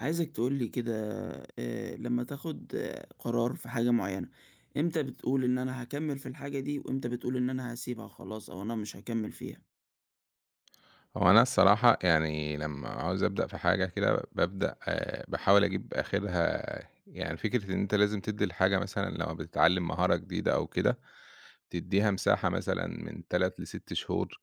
عايزك تقول لي كده. لمّا تاخد قرار في حاجة معينة، إمتى بتقول إن أنا هاكمّل في الحاجة دي، وإمتى بتقول إن أنا هاسيبها خلاص أو أنا مش هاكمّل فيها؟ هو أنا الصراحة يعني لمّا عاوز أبدأ في حاجة كده بابدأ باحاول أجيب آخرها. يعني فكرة إن أنت لازم تدّي الحاجة مثلًا لمّا بتتعلم مهارة جديدة أو كده، تدّيها مساحة مثلًا من 3 ل6 شهور.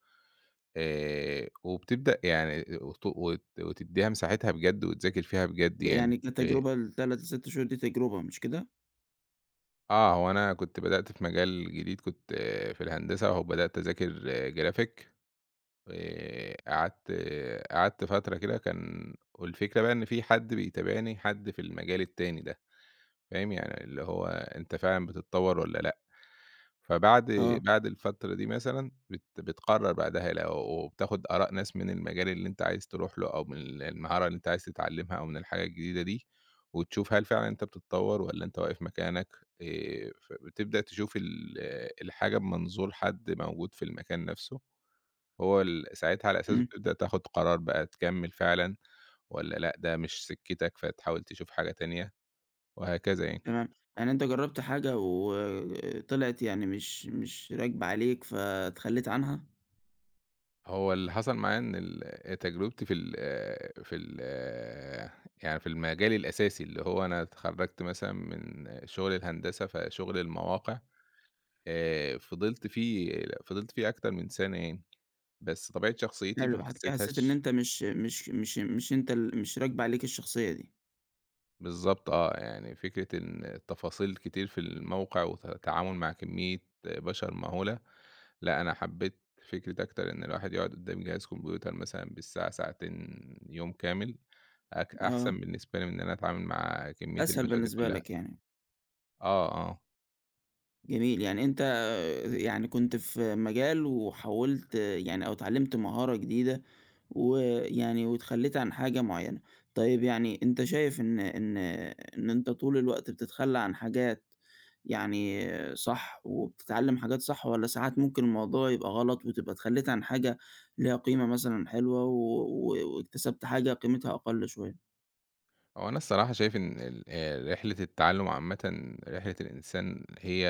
وبتبدأ يعني وت وت وتدّيها مساحتها بجد وتذاكر فيها بجد يعني يعني آآ كتجربة ال3 ل6 شهور دي تجربة مش كده؟ آه، هو أنا كنت بدأت في مجال جديد كنت، في الهندسة أهو بدأت أذاكر graphic. آآ، قعدت قعدت فترة كده كان، والفكرة بقى إن في حد بيتابعني، حد في المجال التاني ده، فاهم؟ يعني اللي هو أنت فعلًا بتتطور والّا لأ، فبعد آه. بعد الفترة دي مثلًا بتقرر بعدها، لو وبتاخد آراء ناس من المجال اللي أنت عايز تروح له، أو من المهارة اللي أنت عايز تتعلمها، أو من الحاجة الجديدة دي، وتشوف هل فعلًا أنت بتتطور والّا أنت واقف مكانك. فبتبدأ تشوف الحاجة بمنظور حد موجود في المكان نفسه. هو ساعتها على أساسه إمم. بتبدأ تاخد قرار بقى، تكمّل فعلًا والّا لأ، ده مش سكتك فتحاول تشوف حاجة تانية وهكذا يعني. تمام. يعني أنت جرّبت حاجة وطلعت يعني مش راكبة عليك فاتخلّيت عنها. هو اللي حصل معايا، إن تجربتي في ال في ال يعني في المجال الأساسي، اللي هو أنا اتخرّجت مثلًا من شغل الهندسة، فشغل المواقع، فضلت فيه، أكتر من سنة يعني، بس طبيعة شخصيتي حلو، ما بعد كده حسّيت إن حسيتهاش أنت مش مش مش مش أنت ال مش راكبة عليك الشخصية دي. بالضبط. آه، يعني فكرة إن التفاصيل كتير في الموقع وتعامل مع كمية بشر مهولة، لأ، أنا حبيت فكرة أكتر إن الواحد يقعد قدّام جهاز كمبيوتر مثلًا بالساعة، ساعتين، يوم كامل، آه، أحسن بالنسبة لي من إن أنا أتعامل مع كمية أسهل البشر دي بالنسبة كلها. لك يعني. آه، آه، جميل، يعني أنت يعني كنت في مجال وحوّلت يعني أو اتعلّمت مهارة جديدة ويعني واتخلّيت عن حاجة معيّنة. طيب يعني أنت شايف إن أنت طول الوقت بتتخلّى عن حاجات يعني صح وبتتعلّم حاجات صح والّا ساعات ممكن الموضوع يبقى غلط وتبقى اتخلّيت عن حاجة ليها قيمة مثلًا حلوة و و واكتسبت حاجة قيمتها أقل شوية؟ هو أنا الصراحة شايف إن ال رحلة التعلم عامةً، رحلة الإنسان هي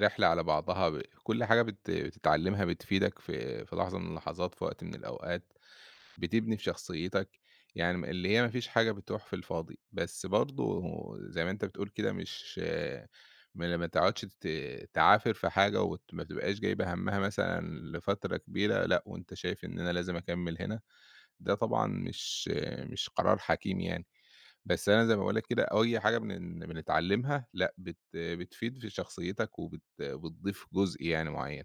رحلة على بعضها. كل حاجة بتتعلمها بتفيدك في لحظة من اللحظات، في وقت من الأوقات. بتبني في شخصيتك، يعني اللي هي ما فيش حاجة بتروح في الفاضي، بس برضه زي ما أنت بتقول كده، مش ما ما تقعدش ت تعافر في حاجة ما تبقاش جايبة همّها مثلًا لفترة كبيرة، لأ، وأنت شايف إن أنا لازم أكمّل هنا، ده طبعًا مش قرار حكيم يعني. بس أنا زي ما باقول لك كده، أي حاجة بنتعلّمها لأ، بتفيد في شخصيتك وبت بتضيف جزء يعني معيّن.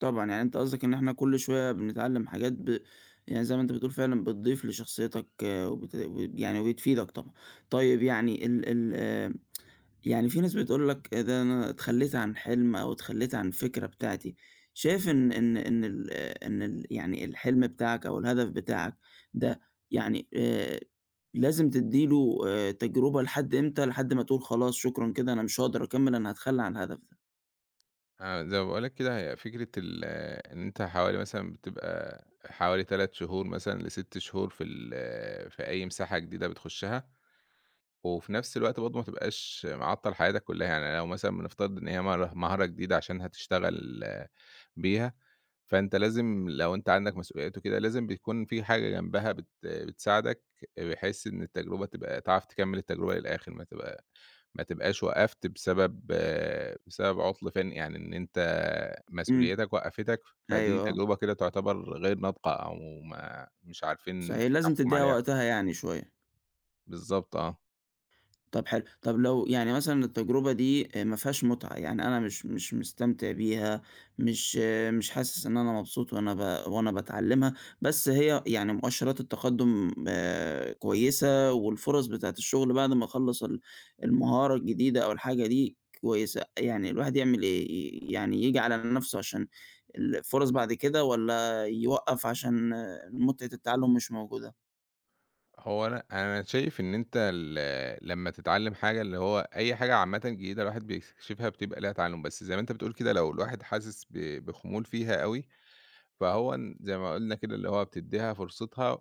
طبعًا، يعني أنت قصدك إن إحنا كل شوية بنتعلّم حاجات يعني زي ما أنت بتقول فعلًا بتضيف لشخصيتك، وبت وب يعني وبتفيدك طبعًا. طيب يعني ال ال يعني في ناس بتقول لك ده أنا اتخلّيت عن حلم أو اتخلّيت عن الفكرة بتاعتي. شايف إن إن إن ال آه، إن ال يعني الحلم بتاعك أو الهدف بتاعك ده يعني، لازم تدّي له تجربة لحد إمتى، لحد ما تقول خلاص شكرًا كده أنا مش هاقدر أكمّل أنا هاتخلّى عن الهدف ده؟ آه، زي ما باقول لك كده، هي فكرة ال آه، إن أنت حوالي مثلًا بتبقى حوالي 3 شهور مثلًا ل6 شهور في ال آه، في أي مساحة جديدة بتخشها، وفي نفس الوقت برضه ما تبقاش معطّل حياتك كلّها. يعني لو مثلًا بنفترض إن هي مهارة جديدة عشان هتشتغل بيها، فأنت لازم، لو أنت عندك مسؤوليات وكده، لازم بيكون في حاجة جنبها بتساعدك، بحيث إن التجربة تبقى تعرف تكمّل التجربة للآخر، ما تبقاش وقّفت بسبب عُطْل فِني، يعني إن أنت إمم، مسؤولياتك وقّفتك، فدي أيوه، آه. تجربة كده تعتبر غير ناضجة، أو ما مش عارفين صحيح، لازم نحكُم تدّيها عليها وقتها يعني شوية. بالضبط آه. طَب حلو، طَب لو يعني مثلًا التجربة دي ما فيهاش متعة، يعني أنا مش مستمتع بيها، مش حاسس إن أنا مبسوط وأنا باتعلّمها، بس هي يعني مؤشرات التقدُّم كويسة والفُرَص بتاعة الشُغل بعد ما أخلّص المهارة الجديدة أو الحاجة دي كويسة، يعني الواحد يعمل إيه؟ يعني ييجي على نَفْسه عشان الفُرَص بعد كده والّا يوقّف عشان متعة التعلُّم مش موجودة؟ هو أنا شايف إن أنت لمّا تتعلّم حاجة، اللي هو أي حاجة عامةً جديدة الواحد بيكتشفها بتبقى ليها تعلُّم، بس زي ما أنت بتقول كده، لو الواحد حاسس بخمول فيها أوي، فهو زي ما قُلنا كده اللي هو بتدّيها فرصتها،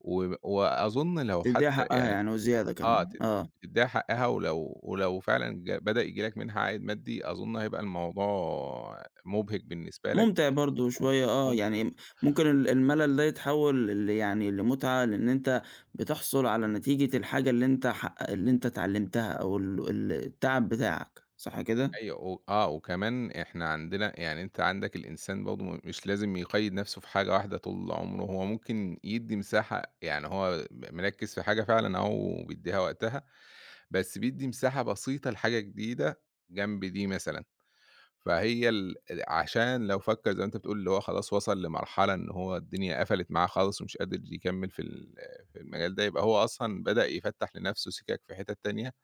وأظُن لو تدّيها حتى حقّها يعني، يعني وزيادة آه، كمان، تد آه. تدّيها حقّها، ولو ولو فعلًا بدأ ييجي لك منها عائد مادي، أظُن هيبقى الموضوع مُبهِج بالنسبة لك. مُمتع برضه شوية وممت يعني ممكن الملل ده يتحوّل يعني لمُتعة، لإن أنت بتحصُل على نتيجة الحاجة اللي أنت اتعلّمتها أو ال التعب بتاعك، صح كده؟ أيوه، و آه، وكمان إحنا عندنا، يعني أنت عندك الإنسان برضه مش لازم يقيّد نَفْسه في حاجة واحدة طول عُمره، هو ممكن يدّي مساحة، يعني هو مركِّز في حاجة فعلًا أهو وبيدّيها وقتها، بس بيدّي مساحة بسيطة لحاجة جديدة جنب دي مثلًا. فهي عشان لو فكّر زي ما أنت بتقول، اللي هو خلاص وصل لمرحلة إن هو الدنيا قفلت معاه خالص، ومش قادر يكمّل في في المجال ده، يبقى هو أصلًا بدأ يفتّح لنَفْسه سِكَك في حِتَت تانية،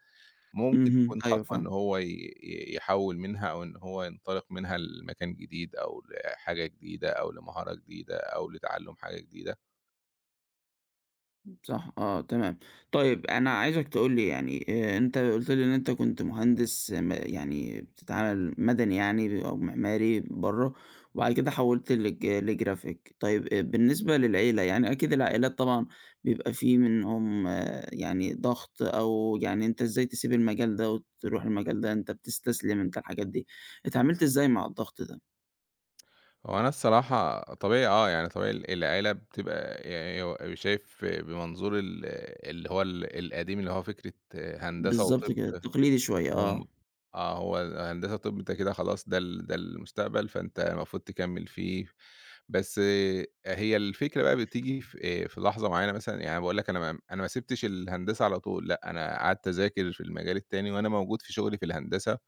ممكن اهم، تكون أيوه خطوة إن فاهمك. هو ي ي يحوّل منها، أو إن هو ينطلق منها لمكان جديد، أو لحاجة جديدة، أو لمهارة جديدة، أو لتعلُّم حاجة جديدة. صح، آه، تمام. طيب أنا عايزك تقول لي يعني أنت قُلت لي إن أنت كنت مهندس، آه، م يعني بتتعامل مدني يعني أو معماري برّه، وبعد كده حوّلت لجرافيك. طيب بالنسبة للعيلة، يعني أكيد العائلات طبعًا بيبقى في منهم يعني ضغط أو يعني أنت إزاي تسيب المجال ده وتروح المجال ده، أنت بتستسلم أنت الحاجات دي. اتعاملت إزاي مع الضغط ده؟ هو أنا الصراحة طبيعي، يعني طبيعي العيلة بتبقى، يعني هو شايف بمنظور اللي هو القديم، اللي هو فكرة هندسة بالضبط وطِب. كده، تقليدي شوية، آه. هم آه، هو هندسة طِب أنت كده خلاص، ده ده المستقبل، فأنت المفروض تكمّل فيه، بس هي الفكرة بقى بتيجي في لحظة معيّنة، مثلًا يعني أنا باقول لك، أنا ما سِبتش الهندسة على طول، لأ، أنا قعدت أذاكر في المجال التاني وأنا موجود في شغلي في الهندسة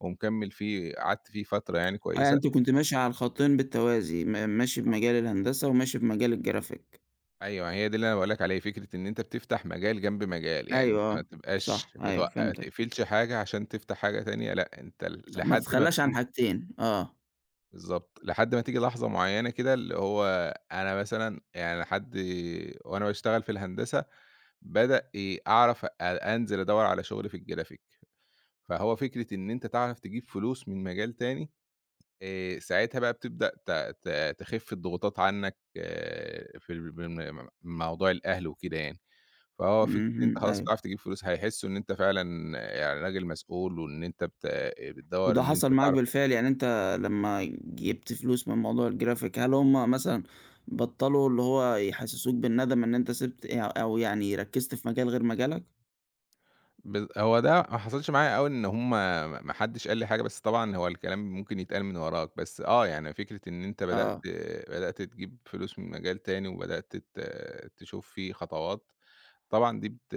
ومكمّل فيه، قعدت فيه فترة يعني آه، يعني كويسة. أنتِ كنتِ ماشية على الخطين بالتوازي، ماشي بمجال الهندسة وماشي بمجال الجرافيك. أيوه، هي دي اللي أنا باقول لك عليها، فكرة إن أنت بتفتح مجال جنب مجال، يعني أنت أيوه، ما آه، بتبقاش صح، أيوه ما فهمتك، تقفلش حاجة عشان تفتح حاجة تانية، لأ، أنت صح، ما لحد ما تتخلاش عن بتيجي حاجتين، آه. بالضبط، لحد ما تيجي لحظة معيّنة كده اللي هو، أنا مثلًا يعني لحد وأنا باشتغل في الهندسة بدأ أعرف أنزل أدوّر على شغل في الجرافيك، فهو فكرة إن أنت تعرف تجيب فلوس من مجال تاني. ساعتها بقى بتبدأ ت ت تخف الضغوطات عنّك، آه، في ال بم موضوع الأهل وكده يعني. فهو فكرة إن أنت اهم، خلاص أيوه، بتعرف تجيب فلوس، هيحسّوا إن أنت فعلًا يعني راجل مسؤول، وإن أنت بتدوّر وده إن حصل أنت معاك تعرف. بالفعل، يعني أنت لمّا جِبت فلوس من موضوع الجرافيك، هل هُم مثلًا بطّلوا اللي هو يحسسوك بالندم إن أنت سِبت، أو يعني ركّزت في مجال غير مجالك؟ هو ده ما حصلش معايا أوي، إن هم ما حدش قال لي حاجة، بس طبعًا هو الكلام ممكن يتقال من وراك، بس آه، يعني فكرة إن أنت بدأت، آه، تجيب فلوس من مجال تاني، وبدأت تشوف فيه خطوات، طبعًا دي بت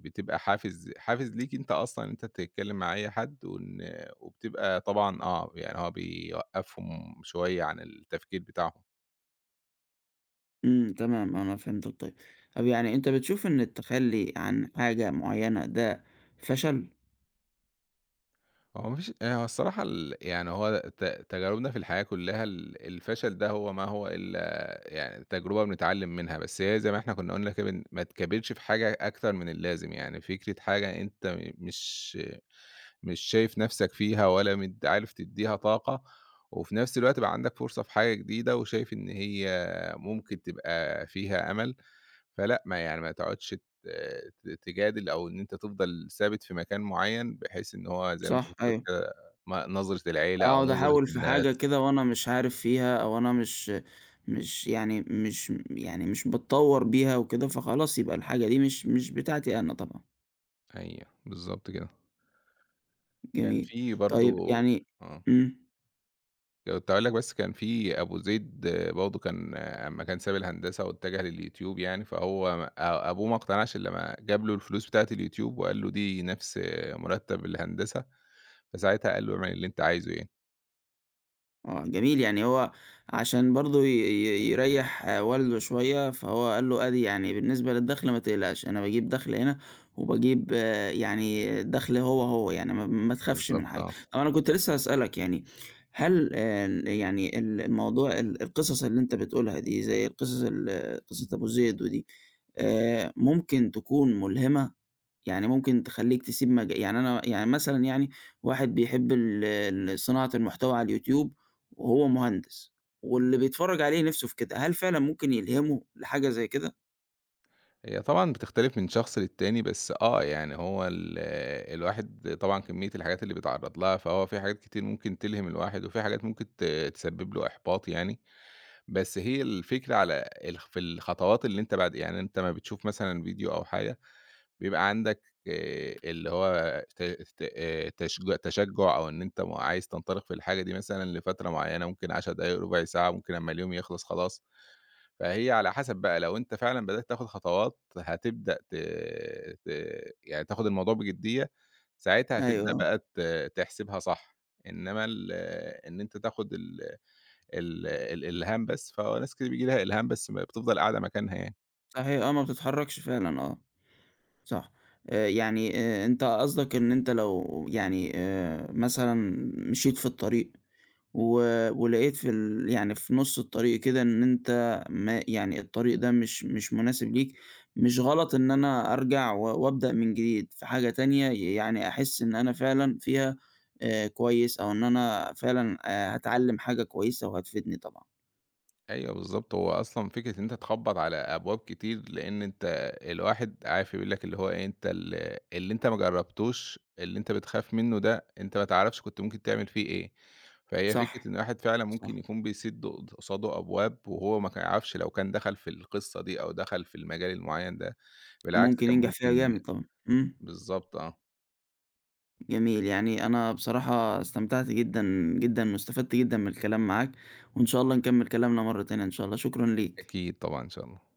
بتبقى حافز ليك أنت أصلًا، إن أنت تتكلم مع أي حد، وإن وبتبقى طبعًا، آه، يعني هو بيوقّفهم شوية عن التفكير بتاعهم. إمم، تمام، أنا فهمتك طيب. طب يعني أنت بتشوف إن التخلّي عن حاجة معيّنة ده فشل؟ هو ما فيش هو الصراحة يعني هو ت تجاربنا في الحياة كلّها، الفشل ده هو ما هو إلا يعني تجربة بنتعلم منها، بس هي زي ما إحنا كنا قُلنا كده، ما تكابرش في حاجة أكتر من اللازم، يعني فكرة حاجة أنت م مش مش شايف نَفْسك فيها، ولا عارف تدّيها طاقة، وفي نَفْس الوقت بقى عندك فرصة في حاجة جديدة وشايف إن هي ممكن تبقى فيها أمل. فلأ، ما يعني ما تقعدش ت ت تجادل، أو إن أنت تفضل ثابت في مكان معيّن، بحيث إن هو زي ما أنت صح، كنت بتقول أيوه. كده، ما نظرة العيلة أو أقعد نظرة أحاول في الناس. حاجة كده وأنا مش عارف فيها أو أنا مش باتطوّر بيها وكده، فخلاص يبقى الحاجة دي مش بتاعتي أنا طبعًا. أيوه، بالضبط كده. كان جميل. في طيب برضه، يعني. آه، إمم. كنت هاقول لك، بس كان في أبو زيد برضه، كان آه، أمّا كان ساب الهندسة واتجه لليوتيوب يعني، فهو ما أ أبوه ما اقتنعش إلّا لمّا جاب له الفلوس بتاعة اليوتيوب، وقال له دي نفس، مرتب الهندسة، فساعتها قال له اعمل اللي أنت عايزه يعني. آه، جميل يعني هو عشان برضه ي ي يريّح، والده شوية، فهو قال له أدي يعني بالنسبة للدخْل ما تقلقش، أنا باجيب دخْل هنا وباجيب يعني دخْل هو، يعني ما تخافش من بالضبط حاجة. آه. طَب أنا كنت لسه هاسألك يعني هل يعني ال الموضوع ال القصص اللي أنت بتقولها دي زي القصص قصة أبو زيد ودي، ممكن تكون ملهمة؟ يعني ممكن تخلّيك تسيب يعني أنا يعني مثلًا يعني واحد بيحب ال صناعة المحتوى على الYouTube وهو مهندس، واللي بيتفرّج عليه نِفْسه في كده، هل فعلًا ممكن يلهمه لحاجة زي كده؟ هي طبعًا بتختلف من شخص للتاني، بس آه، يعني هو الواحد طبعًا كمية الحاجات اللي بيتعرّض لها، فهو في حاجات كتير ممكن تلهم الواحد، وفي حاجات ممكن تسبب له إحباط يعني. بس هي الفكرة على الخطوات اللي أنت بعد، يعني أنت أمّا بتشوف مثلًا فيديو أو حاجة، بيبقى عندك اللي هو ت ت آآ تشج تشجُّع، أو إن أنت عايز تنطلق في الحاجة دي مثلًا لفترة معيّنة، ممكن 10 دقايق، ربع ساعة، ممكن أمّا اليوم يخلص خلاص. فهي على حسب بقى، لو أنت فعلًا بدأت تاخد خطوات هتبدأ ت ت يعني تاخد الموضوع بجدية، ساعتها هتبدأ أيوه، بقى تحسبها صح، إنّما إن أنت تاخد ال ال الإلهام بس، فناس كتير بييجي لها إلهام بس ما بتفضل قاعدة مكانها يعني. صحيح، آه، ما بتتحرّكش فعلًا، آه، صح. يعني أنت قصدك إن أنت لو يعني مثلًا مشيت في الطريق و ولقيت في يعني في نُص الطريق كده إن أنت ما يعني الطريق ده مش مناسب ليك، مش غلط إن أنا أرجع وأبدأ من جديد في حاجة تانية يعني أحس إن أنا فعلًا فيها كويس أو إن أنا فعلًا هاتعلّم حاجة كويسة وهتفيدني طبعًا. أيوه بالضبط، هو أصلًا فكرة إن أنت تخبّط على أبواب كتير، لإن أنت الواحد عارف يقول لك اللي هو إيه، أنت اللي أنت ما جرّبتوش، اللي أنت بتخاف منّه ده، أنت ما تعرفش كنت ممكن تعمل فيه إيه، فهي فكرة صح، إن الواحد فعلًا ممكن صح، يكون بيسِد قصاده أبواب، وهو ما كان يعرفش لو كان دخل في القصة دي أو دخل في المجال المعيّن ده، بالعكس ممكن كان ينجح فيها ممكن. جامد طبعًا. إمم، بالضبط آه. جميل. يعني أنا بصراحة استمتعت جدًا، جدًا واستفدت جدًا من الكلام معاك، وإن شاء الله نكمّل كلامنا مرّة تانية إن شاء الله، شكرًا ليك. أكيد طبعًا إن شاء الله.